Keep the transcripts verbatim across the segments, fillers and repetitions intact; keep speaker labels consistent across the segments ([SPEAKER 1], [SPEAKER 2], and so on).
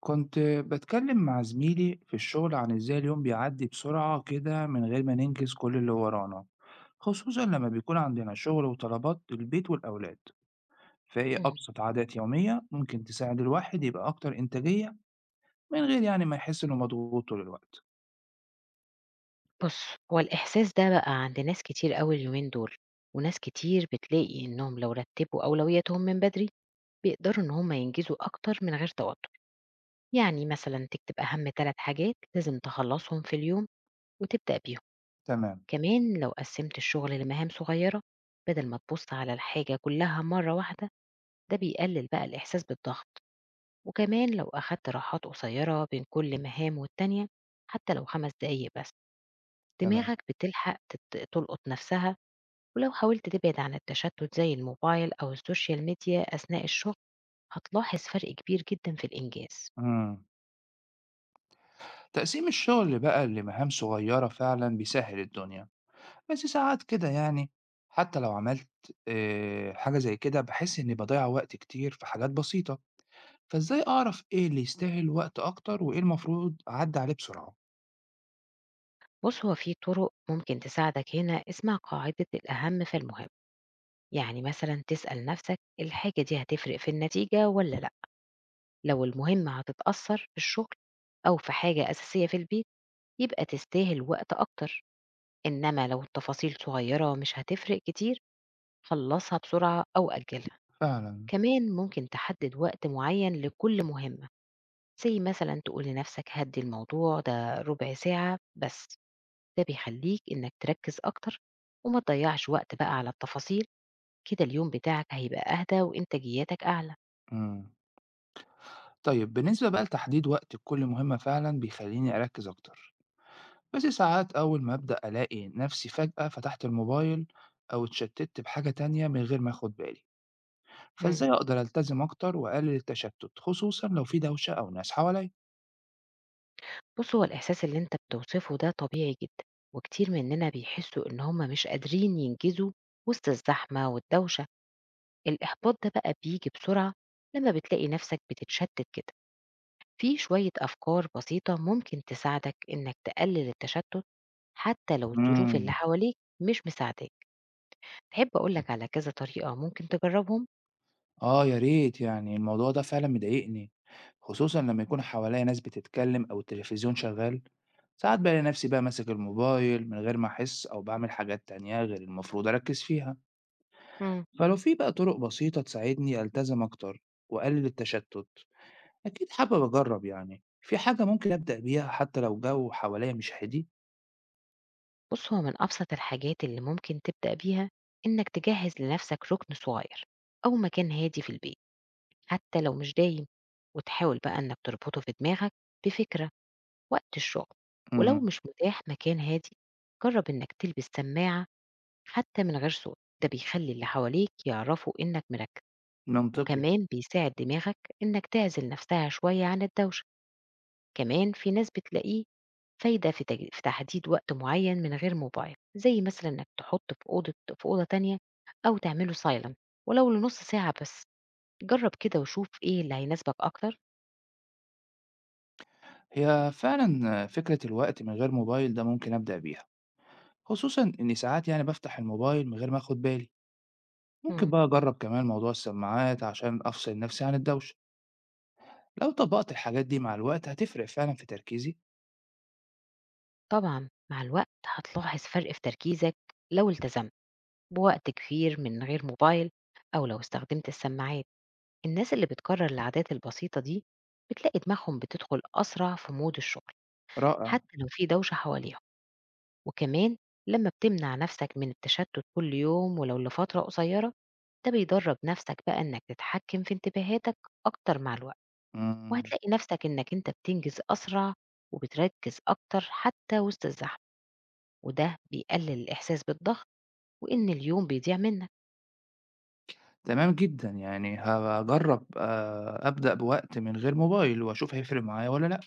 [SPEAKER 1] كنت بتكلم مع زميلي في الشغل عن ازاي اليوم بيعدي بسرعة كده من غير ما ننجز كل اللي ورانا، خصوصا لما بيكون عندنا شغل وطلبات البيت والأولاد. فهي
[SPEAKER 2] إمم.
[SPEAKER 1] أبسط عادات يومية ممكن تساعد الواحد يبقى أكتر إنتاجية من غير يعني ما يحس إنه مضغوط طول الوقت.
[SPEAKER 2] بُص، هو الإحساس ده بقى عند ناس كتير أوي اليومين دول، وناس كتير بتلاقي إنّهم لو رتّبوا أولوياتهم من بدري، بيقدروا إن هم ينجزوا أكتر من غير توتر. يعني مثلًا تكتب أهم ثلاث حاجات لازم تخلّصهم في اليوم وتبدأ بيهم.
[SPEAKER 1] تمام.
[SPEAKER 2] كمان لو قسّمت الشغل لمهام صغيّرة، بدل ما تبُص على الحاجة كلّها مرّة واحدة، ده بيقلل بقى الإحساس بالضغط. وكمان لو أخدت راحات قصيّرة بين كل مهام والتانية، حتّى لو خمس دقايق بس،
[SPEAKER 1] تمام.
[SPEAKER 2] دماغك بتلحق تت تلقط نَفْسها. ولو حاولت تبعد عن التشتت زي الموبايل أو السوشيال ميديا أثناء الشغل، هتلاحظ فرق كبير جدا في الإنجاز.
[SPEAKER 1] مم. تقسيم الشغل بقى لمهام صغيرة فعلا بيسهل الدنيا، بس ساعات كده يعني حتى لو عملت آه، حاجة زي كده بحس إني بضيع وقت كتير في حاجات بسيطة، فإزاي أعرف إيه اللي يستاهل وقت أكتر وإيه المفروض أعدّي عليه بسرعة؟
[SPEAKER 2] بص، هو في طرق ممكن تساعدك هنا. اسمع قاعدة الأهم فالمهم، يعني مثلا تسأل نفسك الحاجة دي هتفرق في النتيجة ولا لأ. لو المهمة هتتأثر في الشغل أو في حاجة أساسية في البيت، يبقى تستاهل وقت أكتر. إنما لو التفاصيل صغيرة مش هتفرق كتير، خلصها بسرعة أو أجلها.
[SPEAKER 1] فعلًا.
[SPEAKER 2] كمان ممكن تحدد وقت معين لكل مهمة، زي مثلا تقول لنفسك هدي الموضوع ده ربع ساعة بس. ده بيخليك إنك تركز أكتر وما تضيعش وقت بقى على التفاصيل. كده اليوم بتاعك هيبقى أهدى وإنتاجيتك أعلى.
[SPEAKER 1] إمم. طيب بالنسبة بقى لتحديد وقت لكل مهمة فعلًا بيخلّيني أركّز أكتر، بس ساعات أول ما أبدأ ألاقي نفسي فجأة فتحت الموبايل أو اتشتِّت بحاجة تانية من غير ما آخُد بالي،
[SPEAKER 2] مم.
[SPEAKER 1] فإزاي أقدر ألتزم أكتر وأقلل التشتُّت خصوصًا لو في دوشة أو ناس حواليّا؟
[SPEAKER 2] بص، هو الإحساس اللي أنت بتوصفه ده طبيعي جدا، وكتير مننا بيحسوا إن هم مش قادرين ينجزوا وسط الزحمة والدوشة. الإحباط ده بقى بيجي بسرعة لما بتلاقي نفسك بتتشتت كده. في شوية أفكار بسيطة ممكن تساعدك إنك تقلل التشتت، حتى لو الظروف اللي
[SPEAKER 1] إمم.
[SPEAKER 2] حواليك مش مساعداك. تحب أقولك على كذا طريقة ممكن تجربهم؟
[SPEAKER 1] آه يا ريت، يعني الموضوع ده فعلًا مضايقني، خصوصًا لمّا يكون حواليّا ناس بتتكلّم أو التلفزيون شغّال. ساعات بالاقي نفسي بقى ماسك الموبايل من غير ما أحس أو بعمل حاجات تانية غير المفروض أركز فيها.
[SPEAKER 2] مم.
[SPEAKER 1] فلو في بقى طرق بسيطة تساعدني ألتزم أكتر وأقلل التشتت أكيد حابب أجرب، يعني في حاجة ممكن أبدأ بيها حتى لو جو حواليا مش هادي.
[SPEAKER 2] بص، هو من أبسط الحاجات اللي ممكن تبدأ بيها إنك تجهز لنفسك ركن صغير أو مكان هادي في البيت، حتى لو مش دايم، وتحاول بقى إنك تربطه في دماغك بفكرة وقت الشغل. ولو
[SPEAKER 1] امم.
[SPEAKER 2] مش متاح مكان هادي، جرب إنك تلبس سماعة حتى من غير صوت. ده بيخلي اللي حواليك يعرفوا إنك مركز،
[SPEAKER 1] منطقي.
[SPEAKER 2] وكمان بيساعد دماغك إنك تعزل نفسها شوية عن الدوشة. كمان في ناس بتلاقيه فايدة في تج- في تحديد وقت معين من غير موبايل، زي مثلا إنك تحطه في أوضة في أوضة تانية، أو تعمله سايلنت، ولو لنص ساعة بس. جرب كده وشوف إيه اللي هيناسبك أكتر.
[SPEAKER 1] هي فعلا فكرة الوقت من غير موبايل ده ممكن أبدأ بيها، خصوصا إني ساعات يعني بفتح الموبايل من غير ما أخد بالي. ممكن
[SPEAKER 2] مم.
[SPEAKER 1] بقى أجرب كمان موضوع السماعات عشان أفصل نفسي عن الدوشة. لو طبقت الحاجات دي مع الوقت هتفرق فعلا في تركيزي.
[SPEAKER 2] طبعا مع الوقت هتلاحظ فرق في تركيزك، لو التزمت بوقت كبير من غير موبايل أو لو استخدمت السماعات. الناس اللي بتكرر العادات البسيطة دي بتلاقي دماغهم بتدخل أسرع في مود الشغل،
[SPEAKER 1] رائع.
[SPEAKER 2] حتى لو في دوشة حواليهم، وكمان لمّا بتمنع نَفْسك من التشتُّت كل يوم ولو لفترة قصيّرة، ده بيدرّب نَفْسك بقى إنّك تتحكّم في انتباهاتك أكتر مع الوقت،
[SPEAKER 1] إمم.
[SPEAKER 2] وهتلاقي نَفْسك إنّك أنت بتنجز أسرع وبتركّز أكتر حتى وسط الزحمة، وده بيقلل الإحساس بالضغط وإن اليوم بيضيع منّك.
[SPEAKER 1] تمام جدًا، يعني هاجرّب آآ أبدأ بوقت من غير موبايل وأشوف هيفرق معايا والّا لأ.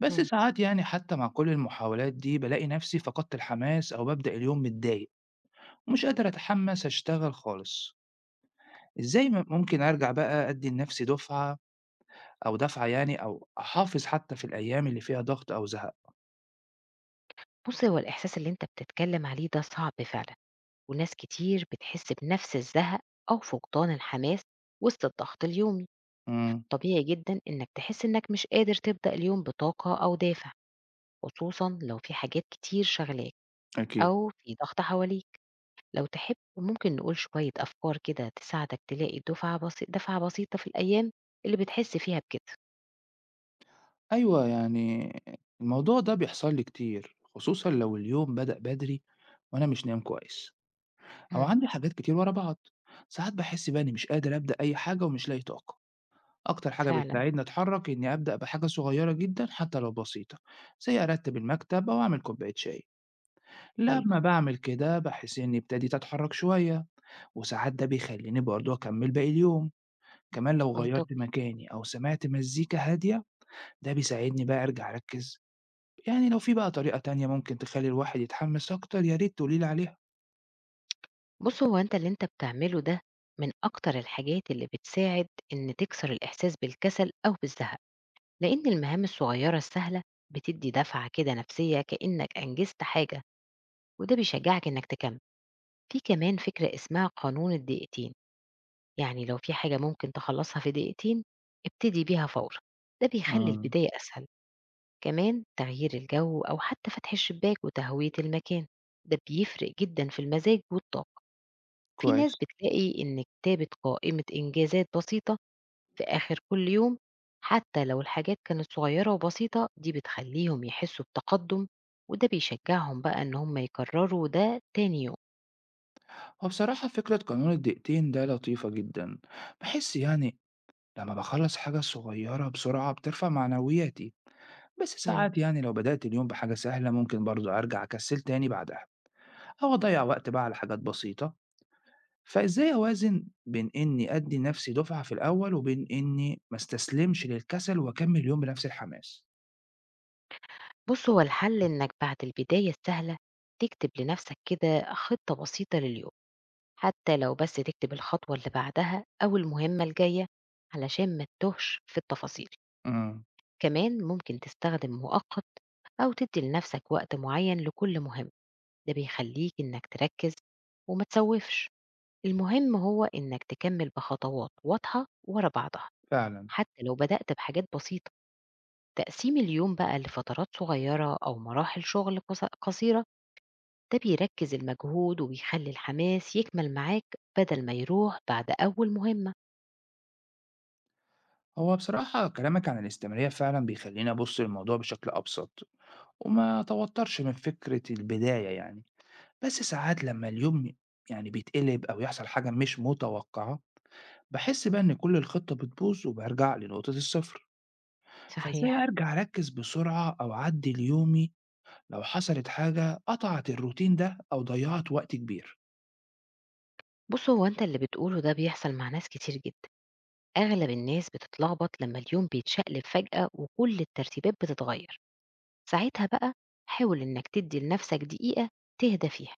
[SPEAKER 1] بس
[SPEAKER 2] إمم.
[SPEAKER 1] ساعات يعني حتى مع كل المحاولات دي بالاقي نفسي فقدت الحماس أو بابدأ اليوم متضايق ومش قادر أتحمّس أشتغل خالص. إزاي م ممكن أرجع بقى أدّي لنفسي دُفعة أو دفعة، يعني، أو أحافظ حتى في الأيام اللي فيها ضغط أو زهق؟
[SPEAKER 2] بُص، هو الإحساس اللي أنت بتتكلّم عليه ده صعب فعلًا، وناس كتير بتحس بنَفْس الزهق أو فقدان الحماس وسط الضغط اليومي.
[SPEAKER 1] إمم.
[SPEAKER 2] طبيعي جدا إنك تحس إنك مش قادر تبدأ اليوم بطاقة أو دافع، خصوصا لو في حاجات كتير شغلاك
[SPEAKER 1] أكيد.
[SPEAKER 2] أو في ضغط حواليك. لو تحب ممكن نقول شوية أفكار كده تساعدك تلاقي دفعة بسيطة، دفعة بسيطة، في الأيام اللي بتحس فيها بكده.
[SPEAKER 1] أيوه، يعني الموضوع ده بيحصل لي كتير، خصوصًا لو اليوم بدأ بدري وأنا مش نايم كويس. أو
[SPEAKER 2] مم.
[SPEAKER 1] عندي حاجات كتير ورا بعض. ساعات باحس بقى إني مش قادر أبدأ أي حاجة ومش لاقي طاقة. أكتر حاجة
[SPEAKER 2] فعلا.
[SPEAKER 1] بتساعدني أتحرك إني أبدأ بحاجة صغيرة جدًا حتى لو بسيطة، زي أرتب المكتب أو أعمل كوباية شاي.
[SPEAKER 2] حلو.
[SPEAKER 1] لما باعمل كده باحس إني ابتديت أتحرك شوية، وساعات ده بيخليني برضه أكمل باقي اليوم. كمان لو غيرت
[SPEAKER 2] منطقي.
[SPEAKER 1] مكاني أو سمعت مزيكا هادية ده بيساعدني بقى أرجع أركز. يعني لو في بقى طريقة تانية ممكن تخلي الواحد يتحمس أكتر يا ريت تقولي لي عليها.
[SPEAKER 2] بص، هو أنت اللي أنت بتعمله ده من أكتر الحاجات اللي بتساعد إن تكسر الإحساس بالكسل أو بالزهق، لأن المهام الصغيرة السهلة بتدي دفعة كده نفسية كأنك أنجزت حاجة، وده بيشجعك إنك تكمل. في كمان فكرة اسمها قانون الدقيقتين، يعني لو في حاجة ممكن تخلصها في دقيقتين ابتدي بيها فورا. ده بيخلي
[SPEAKER 1] إمم.
[SPEAKER 2] البداية أسهل. كمان تغيير الجو أو حتى فتح الشباك وتهوية المكان، ده بيفرق جدا في المزاج والطاقة. في ناس
[SPEAKER 1] كويس.
[SPEAKER 2] بتلاقي إن كتابة قائمة إنجازات بسيطة في آخر كل يوم، حتى لو الحاجات كانت صغيرة وبسيطة، دي بتخليهم يحسوا بتقدم، وده بيشجعهم بقى إن هم يكرروا ده تاني
[SPEAKER 1] هو بصراحة فكرة قانون الدقيقتين ده لطيفة جدا، بحس يعني لما بخلص حاجة صغيرة بسرعة بترفع معنوياتي. بس
[SPEAKER 2] يوم.
[SPEAKER 1] ساعات يعني لو بدأت اليوم بحاجة سهلة ممكن برضو أرجع أكسل تاني بعدها أو أضيع وقت بقى على حاجات بسيطة. فإزاي أوازن بين إني أدي نفسي دفعة في الأول وبين إني ما استسلمش للكسل وأكمل اليوم بنفس الحماس؟
[SPEAKER 2] بُص، هو الحل إنك بعد البداية السهلة تكتب لنفسك كده خطة بسيطة لليوم، حتى لو بس تكتب الخطوة اللي بعدها أو المهمة الجاية علشان ما تتوهش في التفاصيل.
[SPEAKER 1] امم.
[SPEAKER 2] كمان ممكن تستخدم مؤقت أو تدي لنفسك وقت معين لكل مهمة، ده بيخليك إنك تركز وما تسوفش. المهم هو إنك تكمل بخطوات واضحة ورا بعضها،
[SPEAKER 1] فعلا.
[SPEAKER 2] حتى لو بدأت بحاجات بسيطة. تقسيم اليوم بقى لفترات صغيرة أو مراحل شغل قص قصيرة، ده بيركز المجهود وبيخلي الحماس يكمل معاك بدل ما يروح بعد أول مهمة.
[SPEAKER 1] هو بصراحة كلامك عن الاستمرارية فعلا بيخليني أبص للموضوع بشكل أبسط وما أتوترش من فكرة البداية، يعني. بس ساعات لمّا اليوم يعني بيتقلب أو يحصل حاجة مش متوقعة، باحس بقى إن كل الخطة بتبوظ وبارجع لنقطة الصفر. فإزاي
[SPEAKER 2] صحيح.
[SPEAKER 1] أرجع أركّز بسرعة أو أعدّل يومي لو حصلت حاجة قطعت الروتين ده أو ضيّعت وقت كبير؟
[SPEAKER 2] بص، هو أنت اللي بتقوله ده بيحصل مع ناس كتير جدا. أغلب الناس بتتلخبط لما اليوم بيتشقلب فجأة وكل الترتيبات بتتغير. ساعتها بقى حاول إنك تدي لنفسك دقيقة تهدى فيها،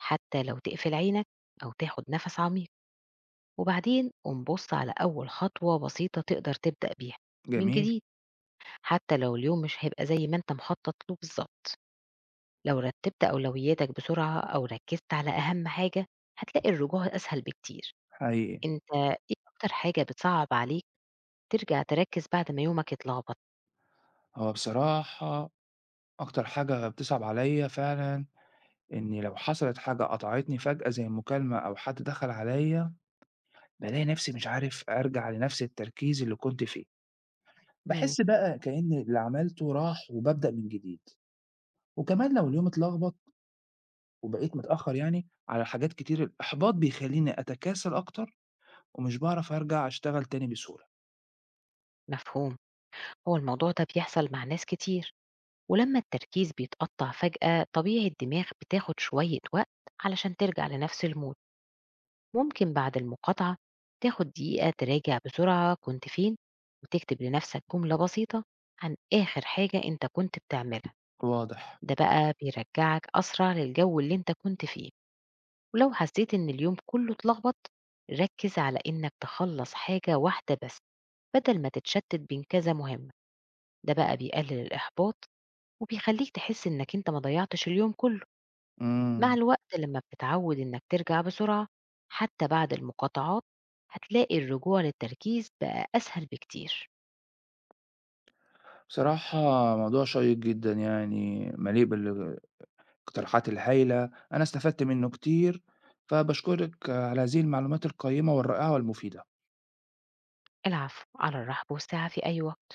[SPEAKER 2] حتى لو تقفل عينك أو تاخد نفس عميق، وبعدين قوم بص على أول خطوة بسيطة تقدر تبدأ بيها من
[SPEAKER 1] جميل.
[SPEAKER 2] جديد. حتى لو اليوم مش هيبقى زي ما أنت مخطط له بالظبط، لو رتبت أولوياتك بسرعة أو ركزت على أهم حاجة، هتلاقي الرجوع أسهل بكتير.
[SPEAKER 1] حقيقي.
[SPEAKER 2] أنت إيه أكتر حاجة بتصعب عليك ترجع تركز بعد ما يومك يتلخبط؟
[SPEAKER 1] هو بصراحة أكتر حاجة بتصعب عليّا فعلًا إن لو حصلت حاجة قطعتني فجأة زي مكالمة أو حد دخل عليّا، بالاقي نفسي مش عارف أرجع لنفس التركيز اللي كنت فيه.
[SPEAKER 2] مم.
[SPEAKER 1] باحس بقى كأن اللي عملته راح وبابدأ من جديد. وكمان لو اليوم اتلخبط وبقيت متأخر يعني على حاجات كتير الإحباط بيخلّيني أتكاسل أكتر ومش باعرف أرجع أشتغل تاني بسهولة.
[SPEAKER 2] مفهوم. هو الموضوع ده بيحصل مع ناس كتير، ولما التركيز بيتقطع فجأة طبيعي الدماغ بتاخد شوية وقت علشان ترجع لنفس المود. ممكن بعد المقاطعة تاخد دقيقة تراجع بسرعة كنت فين، وتكتب لنفسك جملة بسيطة عن آخر حاجة أنت كنت بتعملها.
[SPEAKER 1] واضح.
[SPEAKER 2] ده بقى بيرجعك أسرع للجو اللي أنت كنت فيه. ولو حسيت إن اليوم كله اتلخبط، ركز على إنك تخلص حاجة واحدة بس بدل ما تتشتت بين كذا مهمة. ده بقى بيقلل الإحباط وبيخليك تحس إنك أنت ما ضيعتش اليوم كله. مع
[SPEAKER 1] إمم.
[SPEAKER 2] الوقت لما بتتعود إنك ترجع بسرعة حتى بعد المقاطعات، هتلاقي الرجوع للتركيز بقى أسهل بكتير.
[SPEAKER 1] بصراحة موضوع شيّق جدًا، يعني مليء بالاقتراحات الهايلة، أنا استفدت منّه كتير، فباشكرِك على هذه المعلومات القيّمة والرائعة والمفيدة.
[SPEAKER 2] العفو، على الرحب والسعة في أي وقت.